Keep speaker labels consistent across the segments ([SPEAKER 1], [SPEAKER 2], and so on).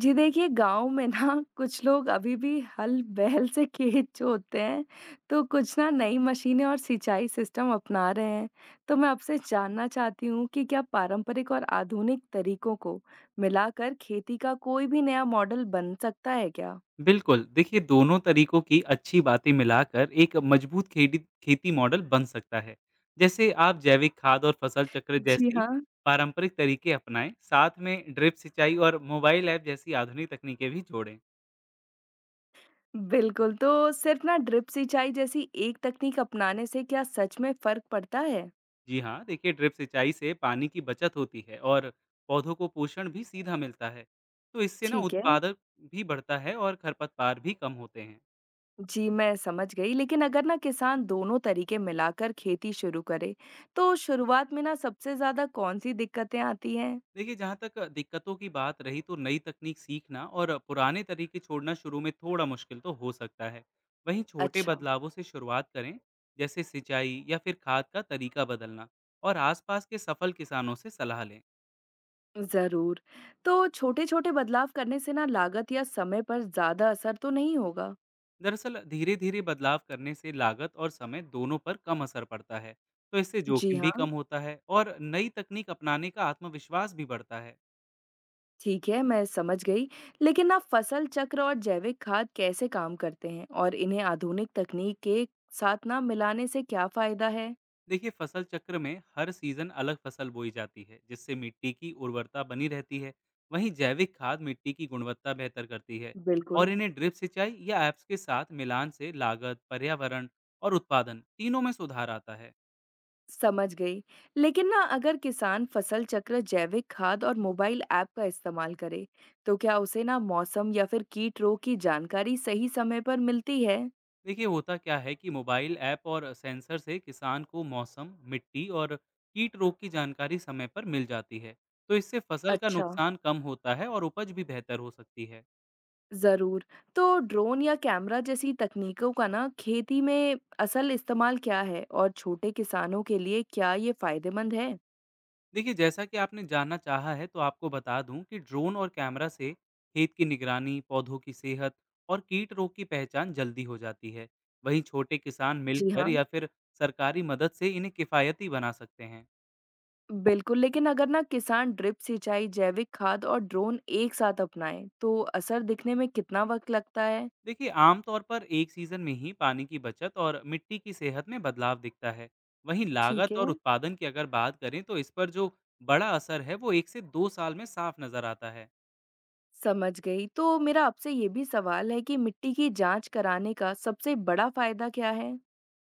[SPEAKER 1] जी देखिए, गाँव में ना कुछ लोग अभी भी हल-बैल से खेत जोतते हैं, तो कुछ ना नई मशीनें और सिंचाई सिस्टम अपना रहे हैं। तो मैं आपसे जानना चाहती हूँ कि क्या पारंपरिक और आधुनिक तरीकों को मिलाकर खेती का कोई भी नया मॉडल बन सकता है क्या?
[SPEAKER 2] बिल्कुल, देखिए दोनों तरीकों की अच्छी बातें मिलाकर एक मजबूत खेती खेती मॉडल बन सकता है। जैसे आप जैविक खाद और फसल चक्र
[SPEAKER 1] जी
[SPEAKER 2] जैसी
[SPEAKER 1] हाँ,
[SPEAKER 2] पारंपरिक तरीके अपनाएं, साथ में ड्रिप सिंचाई और मोबाइल ऐप जैसी आधुनिक तकनीकें भी जोड़ें।
[SPEAKER 1] बिल्कुल। तो सिर्फ ना ड्रिप सिंचाई जैसी एक तकनीक अपनाने से क्या सच में फ़र्क पड़ता है?
[SPEAKER 2] जी हाँ, देखिए ड्रिप सिंचाई से पानी की बचत होती है और पौधों को पोषण भी सीधा मिलता है। तो इससे ना
[SPEAKER 1] ठीक है।
[SPEAKER 2] उत्पादक भी बढ़ता है और खरपतवार भी कम होते हैं।
[SPEAKER 1] जी, मैं समझ गई, लेकिन अगर ना किसान दोनों तरीके मिलाकर खेती शुरू करे, तो शुरुआत में ना सबसे ज़्यादा कौन-सी दिक्कतें आती हैं?
[SPEAKER 2] देखिए, जहाँ तक दिक्कतों की बात रही तो नई तकनीक सीखना और पुराने तरीके छोड़ना शुरू में थोड़ा मुश्किल तो हो सकता है। वहीं छोटे
[SPEAKER 1] अच्छा,
[SPEAKER 2] बदलावों से शुरुआत करें, जैसे सिंचाई या फिर खाद का तरीका बदलना और आसपास के सफल किसानों से सलाह लें।
[SPEAKER 1] ज़रूर। तो छोटे-छोटे बदलाव करने से ना लागत या समय पर ज़्यादा असर तो नहीं होगा?
[SPEAKER 2] दरअसल धीरे-धीरे बदलाव करने से लागत और समय दोनों पर कम असर पड़ता है, तो इससे
[SPEAKER 1] जी
[SPEAKER 2] जोखिम भी
[SPEAKER 1] हाँ,
[SPEAKER 2] कम होता है और नई तकनीक अपनाने का आत्मविश्वास भी बढ़ता है।
[SPEAKER 1] ठीक है, मैं समझ गई। लेकिन ना फसल चक्र और जैविक खाद कैसे काम करते हैं और इन्हें आधुनिक तकनीक के साथ ना मिलाने से क्या फायदा है?
[SPEAKER 2] देखिए फसल चक्र में हर सीजन अलग फसल बोई जाती है जिससे मिट्टी की उर्वरता बनी रहती है। वहीं जैविक खाद मिट्टी की गुणवत्ता बेहतर करती है और
[SPEAKER 1] बिल्कुल।
[SPEAKER 2] इन्हें ड्रिप सिंचाई या ऐप्स के साथ मिलान से लागत, पर्यावरण और उत्पादन तीनों में सुधार आता है।
[SPEAKER 1] समझ गई। लेकिन ना अगर किसान फसल चक्र, जैविक खाद और मोबाइल ऐप का इस्तेमाल करे, तो क्या उसे ना मौसम या फिर कीट रोग की जानकारी सही समय पर मिलती है?
[SPEAKER 2] देखिए होता क्या है कि मोबाइल ऐप और सेंसर से किसान को मौसम, मिट्टी और कीट रोग की जानकारी समय पर मिल जाती है। तो इससे फसल का
[SPEAKER 1] अच्छा,
[SPEAKER 2] नुकसान कम होता है और उपज भी बेहतर हो सकती है।
[SPEAKER 1] ज़रूर। तो ड्रोन या कैमरा जैसी तकनीकों का ना खेती में असल इस्तेमाल क्या है और छोटे किसानों के लिए क्या ये फायदेमंद है?
[SPEAKER 2] देखिए जैसा कि आपने जानना चाहा है तो आपको बता दूं कि ड्रोन और कैमरा से खेत की निगरानी, पौधों की सेहत और कीट रोग की पहचान जल्दी हो जाती है। वहीं छोटे किसान
[SPEAKER 1] जी
[SPEAKER 2] मिलकर
[SPEAKER 1] हाँ,
[SPEAKER 2] या फिर सरकारी मदद से इन्हें किफ़ायती बना सकते हैं।
[SPEAKER 1] बिल्कुल, लेकिन अगर ना किसान ड्रिप सिंचाई, जैविक खाद और ड्रोन एक साथ अपनाएं, तो असर दिखने में कितना वक्त लगता है?
[SPEAKER 2] देखिए आमतौर पर एक सीज़न में ही पानी की बचत और मिट्टी की सेहत में बदलाव दिखता है। वहीं
[SPEAKER 1] ठीक
[SPEAKER 2] लागत और
[SPEAKER 1] है,
[SPEAKER 2] उत्पादन की अगर बात करें तो इस पर जो बड़ा असर है वो एक से दो साल में साफ नज़र आता है।
[SPEAKER 1] समझ गई। तो मेरा आपसे ये भी सवाल है कि मिट्टी की जाँच कराने का सबसे बड़ा फ़ायदा क्या है?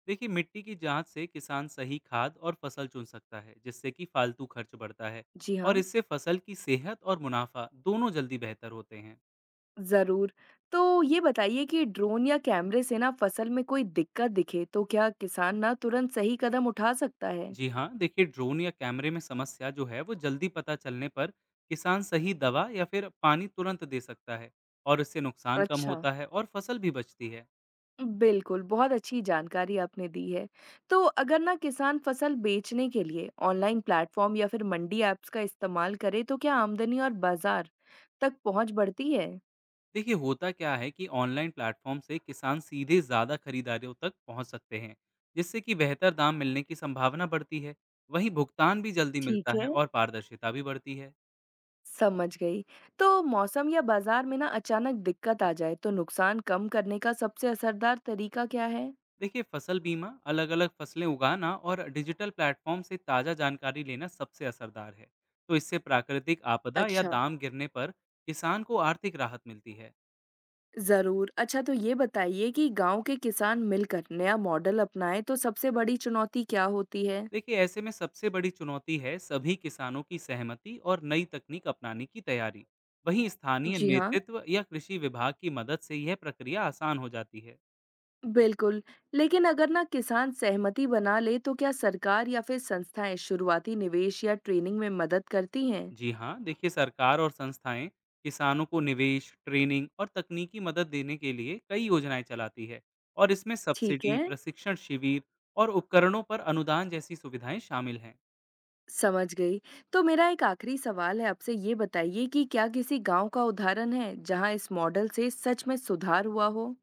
[SPEAKER 2] देखिए मिट्टी की जांच से किसान सही खाद और फसल चुन सकता है जिससे कि फालतू खर्च बढ़ता है।
[SPEAKER 1] जी
[SPEAKER 2] और
[SPEAKER 1] हाँ।
[SPEAKER 2] इससे फसल की सेहत और मुनाफा दोनों जल्दी बेहतर होते हैं।
[SPEAKER 1] ज़रूर। तो ये बताइए कि ड्रोन या कैमरे से ना फसल में कोई दिक्कत दिखे तो क्या किसान ना तुरंत सही कदम उठा सकता है?
[SPEAKER 2] जी हाँ, देखिए ड्रोन या कैमरे में समस्या जो है वो जल्दी पता चलने पर किसान सही दवा या फिर पानी तुरंत दे सकता है। और इससे नुकसान कम
[SPEAKER 1] अच्छा।
[SPEAKER 2] होता है और फसल भी बचती है।
[SPEAKER 1] बिल्कुल, बहुत अच्छी जानकारी आपने दी है। तो अगर ना किसान फसल बेचने के लिए ऑनलाइन प्लेटफ़ॉर्म या फिर मंडी ऐप्स का इस्तेमाल करे तो क्या आमदनी और बाज़ार तक पहुँच बढ़ती है?
[SPEAKER 2] देखिए होता क्या है कि ऑनलाइन प्लेटफॉर्म से किसान सीधे ज़्यादा खरीदारों तक पहुंच सकते हैं जिससे कि बेहतर दाम मिलने की संभावना बढ़ती है। वहीं भुगतान भी जल्दी मिलता
[SPEAKER 1] ठीक है।
[SPEAKER 2] है और पारदर्शिता भी बढ़ती है।
[SPEAKER 1] समझ गई। तो मौसम या बाजार में ना अचानक दिक्कत आ जाए तो नुकसान कम करने का सबसे असरदार तरीका क्या है?
[SPEAKER 2] देखिए फसल बीमा, अलग अलग फसलें उगाना और डिजिटल प्लेटफॉर्म से ताज़ा जानकारी लेना सबसे असरदार है। तो इससे प्राकृतिक आपदा या
[SPEAKER 1] अच्छा,
[SPEAKER 2] दाम गिरने पर किसान को आर्थिक राहत मिलती है।
[SPEAKER 1] जरूर। अच्छा, तो ये बताइए कि गांव के किसान मिलकर नया मॉडल अपनाएं तो सबसे बड़ी चुनौती क्या होती है?
[SPEAKER 2] देखिए ऐसे में सबसे बड़ी चुनौती है सभी किसानों की सहमति और नई तकनीक अपनाने की तैयारी। वहीं स्थानीय
[SPEAKER 1] जी हाँ,
[SPEAKER 2] नेतृत्व या कृषि विभाग की मदद से यह प्रक्रिया आसान हो जाती है।
[SPEAKER 1] बिल्कुल। लेकिन अगर ना किसान सहमति बना ले तो क्या सरकार या फिर संस्थाएं शुरुआती निवेश या ट्रेनिंग में मदद करती हैं?
[SPEAKER 2] जी हाँ, देखिए सरकार और संस्थाएं किसानों को निवेश, ट्रेनिंग और तकनीकी मदद देने के लिए कई योजनाएं चलाती है। और इसमें
[SPEAKER 1] ठीक
[SPEAKER 2] सब्सिडी,
[SPEAKER 1] है,
[SPEAKER 2] प्रशिक्षण शिविर और उपकरणों पर अनुदान जैसी सुविधाएं शामिल हैं।
[SPEAKER 1] समझ गई। तो मेरा एक आखिरी सवाल है, आपसे ये बताइए कि क्या किसी गाँव का उदाहरण है जहाँ इस मॉडल से सच में सुधार हुआ हो?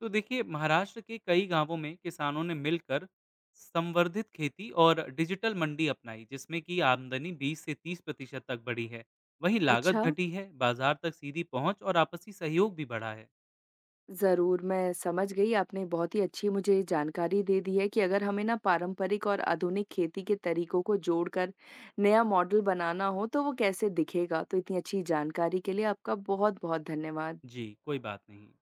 [SPEAKER 2] तो देखिए महाराष्ट्र के कई गांवों में किसानों ने मिलकर संवर्धित खेती और डिजिटल मंडी अपनाई जिसमें कि आमदनी 20 से 30% तक बढ़ी है। वहीं
[SPEAKER 1] अच्छा,
[SPEAKER 2] लागत घटी है, बाजार तक सीधी पहुंच और आपसी सहयोग भी बढ़ा है।
[SPEAKER 1] ज़रूर। मैं समझ गई, आपने बहुत ही अच्छी मुझे जानकारी दे दी है कि अगर हमें ना पारंपरिक और आधुनिक खेती के तरीकों को जोड़कर नया मॉडल बनाना हो तो वो कैसे दिखेगा। तो इतनी अच्छी जानकारी के लिए आपका बहुत-बहुत धन्यवाद।
[SPEAKER 2] जी कोई बात नहीं।